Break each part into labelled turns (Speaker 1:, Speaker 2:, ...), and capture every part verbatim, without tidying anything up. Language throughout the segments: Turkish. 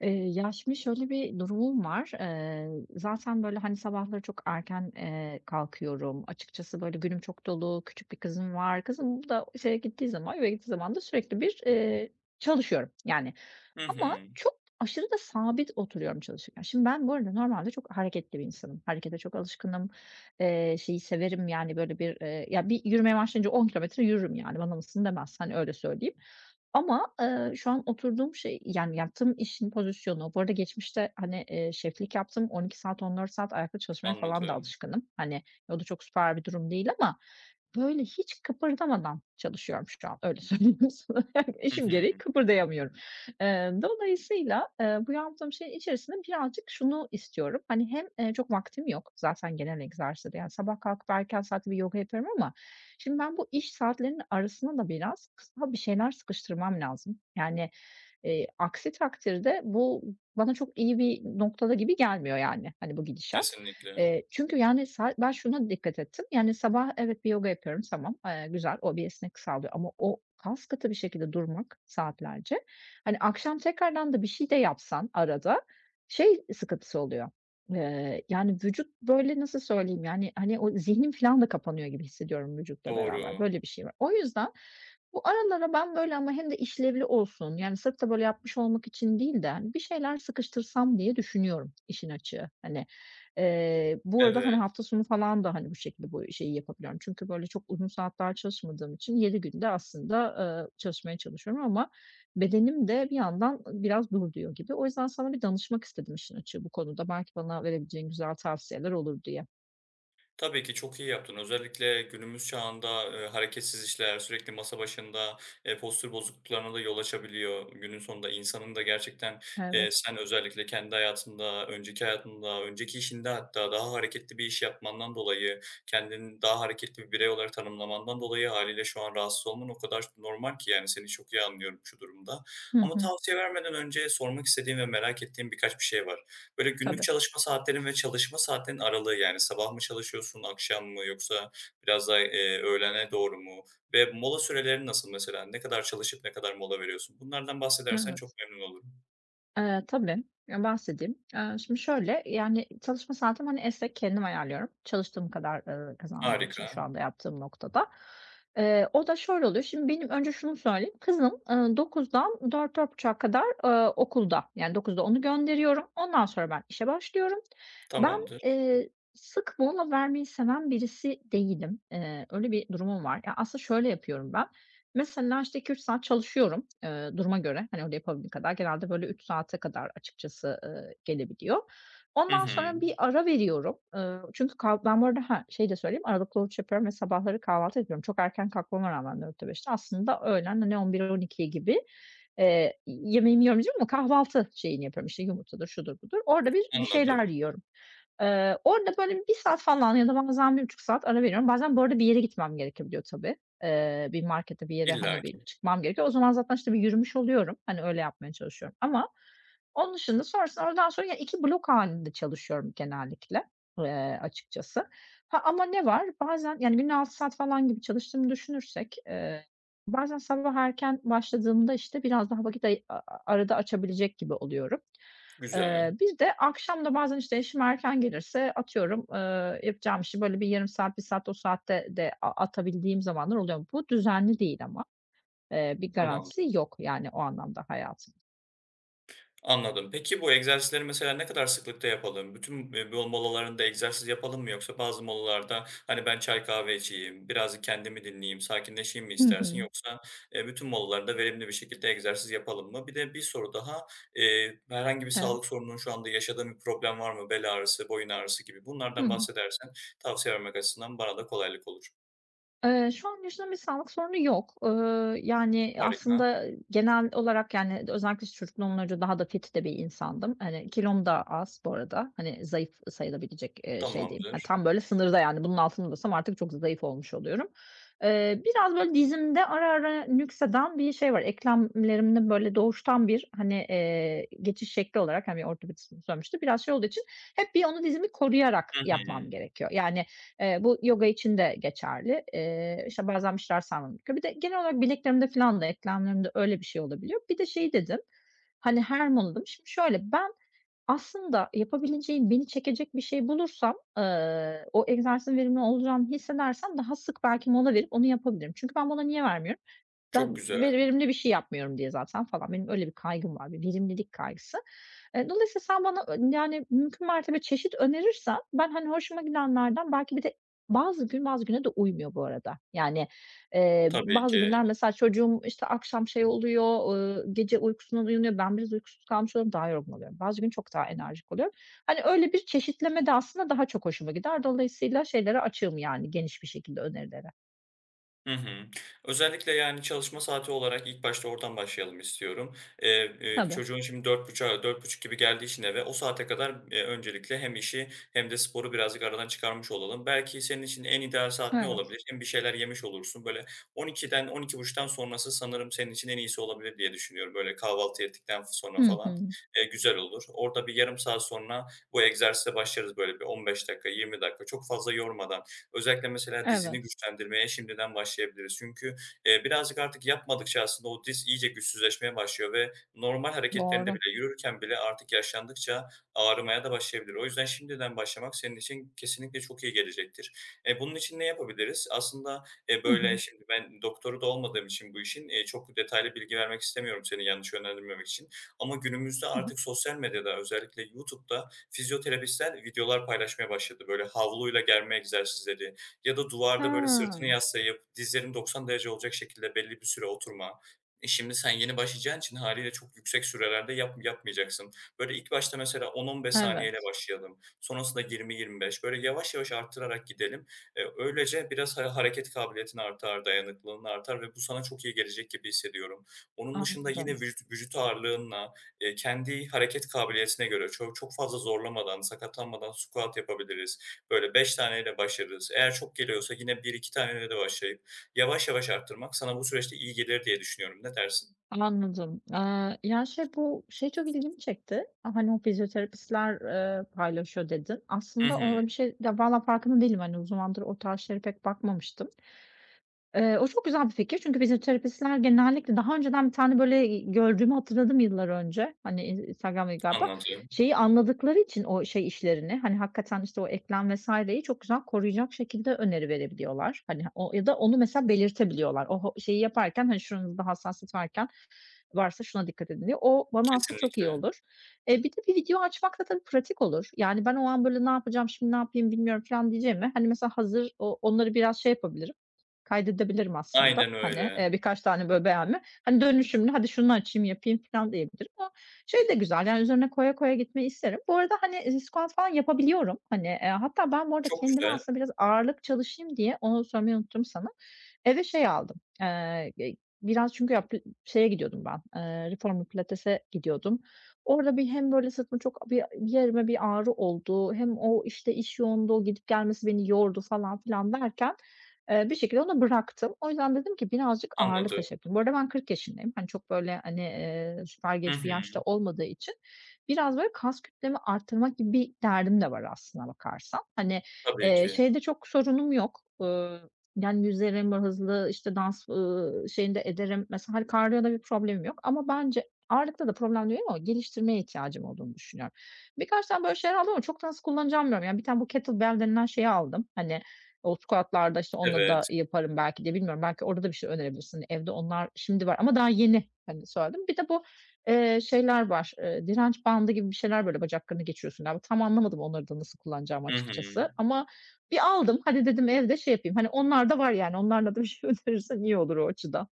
Speaker 1: Eee, ya, şimdi şöyle bir durumum var. Eee, zaten, böyle, hani, sabahları çok erken, eee, kalkıyorum. Açıkçası, böyle, günüm çok dolu. Küçük bir kızım var. Kızım da şeye gittiği zaman, eve gittiği zaman da sürekli bir, eee, çalışıyorum, yani.
Speaker 2: Hı
Speaker 1: Ama
Speaker 2: hı.
Speaker 1: çok aşırı da sabit oturuyorum çalışırken. Şimdi ben bu arada normalde çok hareketli bir insanım. Harekete çok alışkınım. Eee, şeyi severim, yani, böyle, bir, eee, ya, bir yürümeye başlayınca on kilometre yürürüm, yani, bana mısın demez. Hani, öyle söyleyeyim. Ama, eee, şu an oturduğum şey, yani, yaptığım işin pozisyonu. Bu arada geçmişte, hani, eee, şeflik yaptım. on iki saat, on dört saat ayakta çalışmaya falan da
Speaker 2: Anladım.
Speaker 1: alışkınım. Hani, o da çok süper bir durum değil ama böyle hiç kıpırdamadan çalışıyorum şu an, öyle söyleyeyim sana.
Speaker 2: Hı
Speaker 1: İşim gereği
Speaker 2: hı.
Speaker 1: kıpırdayamıyorum. Eee, dolayısıyla, eee, bu yaptığım şeyin içerisinde birazcık şunu istiyorum. Hani hem, eee, çok vaktim yok zaten genel egzersizde, yani sabah kalkıp erken saatte bir yoga yapıyorum ama şimdi ben bu iş saatlerinin arasına da biraz kısa bir şeyler sıkıştırmam lazım. Yani, eee, aksi takdirde bu bana çok iyi bir noktada gibi gelmiyor yani, hani, bu gidişat.
Speaker 2: Kesinlikle.
Speaker 1: Eee, çünkü, yani, sa ben şuna dikkat ettim. Yani, sabah evet, bir yoga yapıyorum, tamam, eee, güzel, o bir esnek sağlıyor ama o kas kaskatı bir şekilde durmak saatlerce, hani, akşam tekrardan da bir şey de yapsan arada şey sıkıntısı oluyor, eee, yani, vücut böyle, nasıl söyleyeyim, yani, hani, o zihnim falan da kapanıyor gibi hissediyorum vücutla beraber.
Speaker 2: Doğru.
Speaker 1: Böyle bir şey var. O yüzden bu aralara ben böyle ama hem de işlevli olsun, yani, sırf da böyle yapmış olmak için değil de, hani, bir şeyler sıkıştırsam diye düşünüyorum işin açığı. Hani, Eee, bu arada, hani,
Speaker 2: Evet.
Speaker 1: hafta sonu falan da, hani, bu şekilde bu şeyi yapabiliyorum. Çünkü böyle çok uzun saatler çalışmadığım için yedi günde aslında, eee, çalışmaya çalışıyorum ama bedenim de bir yandan, ııı, biraz dur diyor gibi. O yüzden sana bir danışmak istedim işin açığı bu konuda. Belki bana verebileceğin güzel tavsiyeler olur diye.
Speaker 2: Tabii ki çok iyi yaptın. Özellikle günümüz çağında, eee, hareketsiz işler, sürekli masa başında, eee, postür bozukluklarına da yol açabiliyor. Günün sonunda insanın da gerçekten, eee,
Speaker 1: Evet.
Speaker 2: sen özellikle kendi hayatında, önceki hayatında, önceki işinde hatta daha hareketli bir iş yapmandan dolayı, kendini daha hareketli bir birey olarak tanımlamandan dolayı haliyle şu an rahatsız olman o kadar normal ki, yani seni çok iyi anlıyorum şu durumda.
Speaker 1: Hı
Speaker 2: Ama
Speaker 1: hı.
Speaker 2: tavsiye vermeden önce sormak istediğim ve merak ettiğim birkaç bir şey var. Böyle günlük
Speaker 1: Tabii.
Speaker 2: çalışma saatlerin ve çalışma saatlerinin aralığı, yani sabah mı çalışıyorsun, akşam mı, yoksa biraz daha, eee, öğlene doğru mu ve mola sürelerin nasıl mesela? Ne kadar çalışıp ne kadar mola veriyorsun? Bunlardan bahsedersen çok
Speaker 1: Evet.
Speaker 2: memnun olurum.
Speaker 1: Eee, tabii, ya, bahsedeyim. Eee, şimdi şöyle, yani, çalışma saatim, hani, esnek, kendim ayarlıyorum. Çalıştığım kadar, eee, kazandığım için şu
Speaker 2: Harika,
Speaker 1: anda yaptığım noktada. Eee, o da şöyle oluyor. Şimdi benim önce şunu söyleyeyim. Kızım, eee, dokuzdan dört 4-4.30'a kadar, eee, okulda. Yani dokuzda onu gönderiyorum. Ondan sonra ben işe başlıyorum. Ben,
Speaker 2: tamamdır.
Speaker 1: eee, sık mola vermeyi seven birisi değilim. Eee, öyle bir durumum var. Ya, aslında şöyle yapıyorum ben. Mesela, işte, iki üç saat çalışıyorum, eee, duruma göre. Hani, öyle yapabildiğim kadar. Genelde, böyle, üç saate kadar açıkçası, eee, gelebiliyor.
Speaker 2: Hı
Speaker 1: Ondan
Speaker 2: hı,
Speaker 1: sonra bir ara veriyorum. Eee, çünkü kah ben bu arada ha, şey de söyleyeyim, aralıklı oruç yapıyorum ve sabahları kahvaltı etmiyorum. Çok erken kalkmama rağmen dörtte aslında öğlen, hani, on 12 gibi, eee, yemeğimi yiyorum diyeceğim ama kahvaltı şeyini yapıyorum. İşte, yumurtadır, şudur budur. Orada bir bir şeyler
Speaker 2: anladım.
Speaker 1: yiyorum. Eee, orada böyle bir saat falan ya da bazen bir buçuk saat ara veriyorum. Bazen bu arada bir yere gitmem gerekebiliyor tabii. Eee, bir markete, bir yere, hani, bir
Speaker 2: İllaki.
Speaker 1: çıkmam gerekiyor. O zaman zaten, işte, bir yürümüş oluyorum. Hani, öyle yapmaya çalışıyorum ama onun dışında sonrasında oradan sonra ya iki blok halinde çalışıyorum genellikle, eee, açıkçası. Ha, ama ne var? Bazen, yani, günde altı saat falan gibi çalıştığımı düşünürsek, eee, bazen sabah erken başladığımda, işte, biraz daha vakit ay a a arada açabilecek gibi oluyorum.
Speaker 2: Güzel,
Speaker 1: Eee, bir de akşam da bazen, işte, eşim erken gelirse atıyorum, eee, yapacağım işi böyle bir yarım saat, bir saat o saatte de a atabildiğim zamanlar oluyor. Bu düzenli değil ama. Eee, bir garantisi
Speaker 2: tamamdır.
Speaker 1: yok yani o anlamda hayatın.
Speaker 2: Anladım. Peki bu egzersizleri mesela ne kadar sıklıkta yapalım? Bütün, eee, yol molalarında egzersiz yapalım mı, yoksa bazı molalarda, hani, ben çay kahve içeyim, birazcık kendimi dinleyeyim, sakinleşeyim mi
Speaker 1: Hı hı.
Speaker 2: istersin, yoksa, eee, bütün molalarda verimli bir şekilde egzersiz yapalım mı? Bir de bir soru daha, eee, herhangi bir sağlık
Speaker 1: Evet.
Speaker 2: sorunun, şu anda yaşadığın bir problem var mı? Bel ağrısı, boyun ağrısı gibi,
Speaker 1: Hı
Speaker 2: bunlardan
Speaker 1: hı.
Speaker 2: bahsedersen tavsiye vermek açısından bana da kolaylık olur.
Speaker 1: Eee, şu an yaşanan bir sağlık sorunu yok. Eee, yani,
Speaker 2: Harika,
Speaker 1: aslında genel olarak, yani, özellikle çocukluğumdan önce daha da fit de bir insandım. Hani, kilom da az bu arada. Hani, zayıf sayılabilecek, eee, şey diyeyim. Ya,
Speaker 2: tamamdır.
Speaker 1: tam böyle sınırda, yani, bunun altındaysam artık çok zayıf olmuş oluyorum. Eee, biraz böyle dizimde ara ara nükseden bir şey var. Eklemlerimde böyle doğuştan bir, hani, eee, geçiş şekli olarak, hani, ortopedist bunu söylemişti. Biraz şey olduğu için hep bir onu dizimi koruyarak
Speaker 2: Hı
Speaker 1: yapmam
Speaker 2: hı.
Speaker 1: gerekiyor. Yani, Eee, bu yoga için de geçerli. Eee, işte, bazen bir şeyler sarmam gerekiyor. Bir de genel olarak bileklerimde filan da, eklemlerimde öyle bir şey olabiliyor. Bir de şey dedim, hani, her molada. Şimdi şöyle, ben aslında yapabileceğim, beni çekecek bir şey bulursam, eee, o egzersizin verimli olacağını hissedersem daha sık belki mola verip onu yapabilirim. Çünkü ben mola niye vermiyorum?
Speaker 2: Çok
Speaker 1: Ben ve
Speaker 2: güzel.
Speaker 1: verimli bir şey yapmıyorum diye zaten falan. Benim öyle bir kaygım var, bir verimlilik kaygısı. Eee, dolayısıyla sen bana, eee, yani, mümkün mertebe çeşit önerirsen ben, hani, hoşuma gidenlerden belki bir de bazı gün bazı güne de uymuyor bu arada. Yani, eee,
Speaker 2: Tabii
Speaker 1: bazı
Speaker 2: ki.
Speaker 1: günler mesela çocuğum, işte, akşam şey oluyor, ııı, gece uykusundan uyanıyor. Ben biraz uykusuz kalmış oluyorum, daha yorgun oluyorum. Bazı gün çok daha enerjik oluyorum. Hani, öyle bir çeşitleme de aslında daha çok hoşuma gider. Dolayısıyla şeylere açığım yani geniş bir şekilde önerilere.
Speaker 2: Hı hı. Özellikle, yani, çalışma saati olarak ilk başta oradan başlayalım istiyorum. Eee, eee,
Speaker 1: Tabii,
Speaker 2: çocuğun şimdi dört buçuk dört buçuk gibi geldiği için eve o saate kadar, eee, öncelikle hem işi hem de sporu birazcık aradan çıkarmış olalım. Belki senin için en ideal saat ne
Speaker 1: evet.
Speaker 2: olabilir? Hem bir şeyler yemiş olursun. Böyle on ikiden on iki buçuktan sonrası sanırım senin için en iyisi olabilir diye düşünüyorum. Böyle kahvaltı yedikten sonra
Speaker 1: Hı
Speaker 2: falan,
Speaker 1: hı.
Speaker 2: eee, güzel olur. Orada bir yarım saat sonra bu egzersize başlarız, böyle bir on beş dakika, yirmi dakika, çok fazla yormadan. Özellikle mesela dizini
Speaker 1: Evet.
Speaker 2: güçlendirmeye şimdiden başlayabiliriz. Çünkü, eee, birazcık artık yapmadıkça aslında o diz iyice güçsüzleşmeye başlıyor ve normal hareketlerinde
Speaker 1: Doğru.
Speaker 2: bile, yürürken bile artık yaşlandıkça ağrımaya da başlayabilir. O yüzden şimdiden başlamak senin için kesinlikle çok iyi gelecektir. Eee, bunun için ne yapabiliriz? Aslında, eee,
Speaker 1: Hı
Speaker 2: böyle,
Speaker 1: hı.
Speaker 2: şimdi ben doktoru da olmadığım için bu işin, eee, çok detaylı bilgi vermek istemiyorum, seni yanlış yönlendirmemek için. Ama günümüzde
Speaker 1: Hı.
Speaker 2: artık sosyal medyada, özellikle YouTube'da, fizyoterapistler videolar paylaşmaya başladı. Böyle havluyla germe egzersizleri ya da duvarda böyle
Speaker 1: Ha,
Speaker 2: sırtını yaslayıp dizlerin doksan derece olacak şekilde belli bir süre oturma. E, şimdi sen yeni başlayacağın için hâliyle çok yüksek sürelerde yap yapmayacaksın. Böyle ilk başta mesela on on beş saniyeyle
Speaker 1: evet,
Speaker 2: başlayalım. Sonrasında yirmi yirmi beş, böyle yavaş yavaş arttırarak gidelim. Eee, öylece biraz ha hareket kabiliyetin artar, dayanıklılığın artar ve bu sana çok iyi gelecek gibi hissediyorum. Onun dışında yine
Speaker 1: anladım,
Speaker 2: vücut vücut ağırlığınla, Eee, kendi hareket kabiliyetine göre çok çok fazla zorlamadan, sakatlanmadan squat yapabiliriz. Böyle beş taneyle başlarız. Eğer çok geliyorsa yine bir iki taneyle de başlayıp yavaş yavaş arttırmak sana bu süreçte iyi gelir diye düşünüyorum. Ne dersin?
Speaker 1: anladım. Eee, ya, şey, bu şey çok ilgimi çekti. Hani, o fizyoterapistler, eee, paylaşıyor dedin.
Speaker 2: Hı
Speaker 1: Aslında o
Speaker 2: hı.
Speaker 1: öyle bir şey ya, valla farkında değilim. Hani, o zamandır o tarz şeylere pek bakmamıştım. Eee, o çok güzel bir fikir çünkü bizim terapistler genellikle daha önceden bir tane, böyle, iii, gördüğümü hatırladım yıllar önce. Hani, in Instagram'da galiba.
Speaker 2: Anladım.
Speaker 1: Şeyi anladıkları için o şey işlerini, hani, hakikaten, işte, o eklem vesaire yi çok güzel koruyacak şekilde öneri verebiliyorlar. Hani, o ya da onu mesela belirtebiliyorlar. O ho şeyi yaparken, hani, şuranızda hassasiyet varken varsa şuna dikkat edin diye. O bana aslında çok iyi
Speaker 2: Kesinlikle.
Speaker 1: olur. Eee, bir de bir video açmak da tabii pratik olur. Yani ben o an böyle ne yapacağım, şimdi ne yapayım bilmiyorum falan diyeceğime, hani, mesela hazır o onları biraz şey yapabilirim, kaydedebilirim aslında.
Speaker 2: Aynen
Speaker 1: Hani,
Speaker 2: öyle.
Speaker 1: eee, birkaç tane böyle beğenme. Hani, dönüşümlü hadi şunu açayım yapayım falan diyebilirim ama şey de güzel, yani, üzerine koya koya gitmeyi isterim. Bu arada, hani, eee, squat falan yapabiliyorum. Hani, eee, hatta ben bu arada
Speaker 2: Çok
Speaker 1: kendime
Speaker 2: güzel.
Speaker 1: aslında biraz ağırlık çalışayım diye onu söylemeyi unuttum sana. Eve şey aldım, eee, ge biraz çünkü ya şeye gidiyordum ben, eee, reformer pilatese gidiyordum. Orada bir hem böyle sırtımda çok bir bir yerime bir ağrı oldu hem o, işte, iş yoğunluğu gidip gelmesi beni yordu falan filan derken, eee, bir şekilde onu bıraktım. O yüzden dedim ki birazcık ağırlık
Speaker 2: Anladım.
Speaker 1: taşı yapayım. Bu arada ben kırk yaşındayım. Hani, çok böyle, hani, eee, süper
Speaker 2: Hı
Speaker 1: genç bir
Speaker 2: hı.
Speaker 1: yaşta olmadığı için biraz böyle kas kütlemi arttırmak gibi bir derdim de var aslına bakarsan. Hani,
Speaker 2: Tabii
Speaker 1: eee,
Speaker 2: ki.
Speaker 1: şeyde çok sorunum yok. Iıı yani yüzerim, hızlı, işte, dans, ııı, şeyini ederim. Mesela, hani, kardiyoda bir problemim yok ama bence ağırlıkta da problem değil ama geliştirmeye ihtiyacım olduğunu düşünüyorum. Birkaç tane böyle şeyler aldım ama çok da nasıl kullanacağımı bilmiyorum. Yani, bir tane bu kettlebell denilen şeyi aldım. Hani, o squat'larda, işte, onunla da
Speaker 2: Evet.
Speaker 1: yaparım belki de bilmiyorum. Belki orada da bir şey önerebilirsin. Evde onlar şimdi var ama daha yeni, hani, söyledim. Bir de bu, eee, şeyler var, eee, direnç bandı gibi bir şeyler, böyle, bacaklarını geçiriyorsun galiba. Tam anlamadım onları da nasıl kullanacağımı
Speaker 2: Hı hı.
Speaker 1: açıkçası ama bir aldım, hadi dedim evde şey yapayım, hani onlar da var yani, onlarla da bir şey önerirsen iyi olur o açıdan.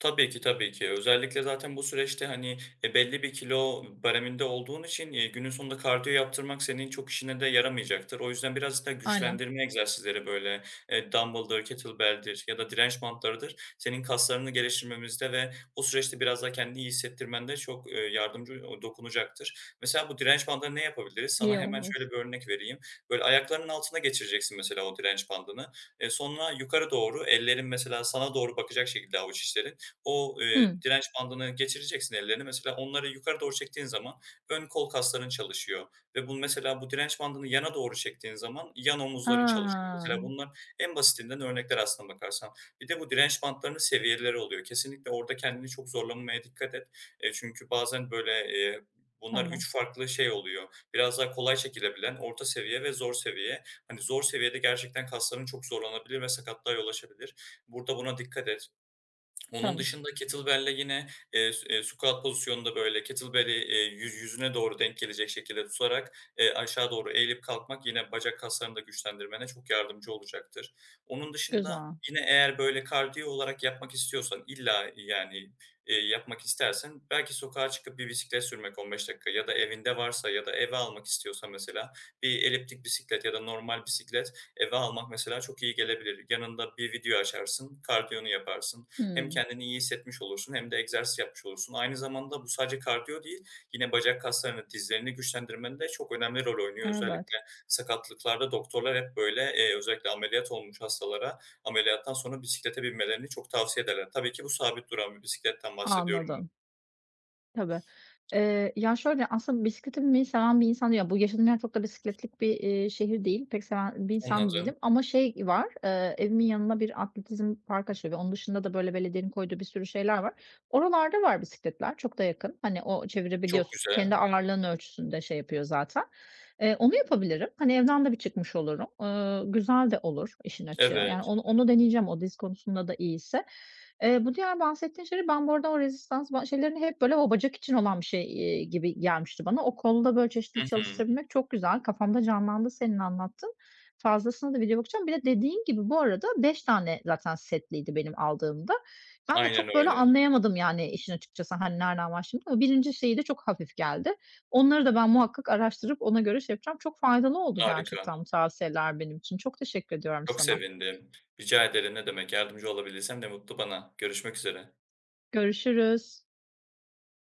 Speaker 2: Tabii ki, tabii ki. Özellikle zaten bu süreçte, hani, e, belli bir kilo bareminde olduğun için, eee, günün sonunda kardiyo yaptırmak senin çok işine de yaramayacaktır. O yüzden biraz da
Speaker 1: Aynen,
Speaker 2: güçlendirme egzersizleri, böyle, eee, dumbbell'dır, kettlebell'dir ya da direnç bantlarıdır, senin kaslarını geliştirmemizde ve o süreçte biraz daha kendini iyi hissettirmende çok, eee, yardımcı o dokunacaktır. Mesela bu direnç bandına ne yapabiliriz?
Speaker 1: iyi
Speaker 2: Sana hemen
Speaker 1: olur.
Speaker 2: şöyle bir örnek vereyim. Böyle, ayaklarının altına geçireceksin mesela o direnç bandını. Eee, sonra yukarı doğru ellerin mesela sana doğru bakacak şekilde, avuç içlerin o, eee,
Speaker 1: Hı.
Speaker 2: direnç bandını geçireceksin ellerini. Mesela onları yukarı doğru çektiğin zaman ön kol kasların çalışıyor ve bu mesela bu direnç bandını yana doğru çektiğin zaman yan omuzların çalışıyor.
Speaker 1: A!
Speaker 2: Mesela bunlar en basitinden örnekler, aslında bakarsan. Bir de bu direnç bandlarının seviyeleri oluyor. Kesinlikle orada kendini çok zorlamamaya dikkat et. Eee, çünkü bazen böyle, eee, bunlar
Speaker 1: Tamam,
Speaker 2: üç farklı şey oluyor. Biraz daha kolay çekilebilen, orta seviye ve zor seviye. Hani zor seviyede gerçekten kasların çok zorlanabilir ve sakatlığa yol açabilir. Burada buna dikkat et. Onun
Speaker 1: tamam.
Speaker 2: dışında kettlebell'le yine, eee, s eee, squat pozisyonunda, böyle, kettlebell'i, eee, yüz yüzüne doğru denk gelecek şekilde tutarak, eee, aşağı doğru eğilip kalkmak yine bacak kaslarını da güçlendirmene çok yardımcı olacaktır. Onun dışında
Speaker 1: Güzel.
Speaker 2: yine eğer, böyle, kardiyo olarak yapmak istiyorsan, illa, yani, eee, yapmak istersen, belki sokağa çıkıp bir bisiklet sürmek 15 dakika ya da evinde varsa ya da eve almak istiyorsan mesela bir eliptik bisiklet ya da normal bisiklet eve almak mesela çok iyi gelebilir. Yanında bir video açarsın, kardiyonu yaparsın. Hem
Speaker 1: Hı.
Speaker 2: kendini iyi hissetmiş olursun hem de egzersiz yapmış olursun. Aynı zamanda bu sadece kardiyo değil, yine bacak kaslarını, dizlerini güçlendirmenin de çok önemli rol oynuyor. Özellikle
Speaker 1: Evet,
Speaker 2: sakatlıklarda doktorlar hep böyle, eee, özellikle ameliyat olmuş hastalara ameliyattan sonra bisiklete binmelerini çok tavsiye ederler. Tabii ki bu sabit duran bir bisikletten bahsediyorum ben.
Speaker 1: anladım. Tabii. Eee, ya, şöyle, aslında bisiklete binmeyi seven bir insan ya. Bu yaşadığım yer çok da bisikletlik bir, eee, şehir değil. Pek seven bir insan da
Speaker 2: Anladım.
Speaker 1: değilim ama şey var, eee, evimin yanına bir atletizm park açılıyor ve onun dışında da, böyle, belediyenin koyduğu bir sürü şeyler var. Oralarda var bisikletler, çok da yakın. Hani, o
Speaker 2: Çok
Speaker 1: çevirebiliyorsun. Kendi
Speaker 2: güzel.
Speaker 1: ağırlığın ölçüsünde şey yapıyor zaten. Eee, onu yapabilirim. Hani, evden de bir çıkmış olurum. Eee, güzel de olur işin açığı. Yani,
Speaker 2: Evet.
Speaker 1: onu onu deneyeceğim o diz konusunda da iyiyse. Eee, bu diğer bahsettiğin şeyleri ben bu arada o rezistans ba şeylerini hep böyle o bacak için olan bir şey, eee, gibi gelmişti bana. O kolda böyle
Speaker 2: Hı
Speaker 1: çeşitli
Speaker 2: hı.
Speaker 1: çalıştırabilmek çok güzel. Kafamda canlandı senin anlattığın. Fazlasına da video bakacağım. Bir de dediğin gibi bu arada beş tane zaten setliydi benim aldığımda. Ben de
Speaker 2: Aynen
Speaker 1: çok böyle
Speaker 2: öyle.
Speaker 1: anlayamadım yani işin açıkçası, hani, nereden başladım ama birinci şeyi de çok hafif geldi. Onları da ben muhakkak araştırıp ona göre şey yapacağım. Çok faydalı oldu
Speaker 2: Harika.
Speaker 1: gerçekten bu tavsiyeler benim için. Çok teşekkür ediyorum
Speaker 2: Çok
Speaker 1: sana.
Speaker 2: sevindim. Rica ederim, ne demek. Yardımcı olabilirsem ne mutlu bana. Görüşmek üzere.
Speaker 1: Görüşürüz.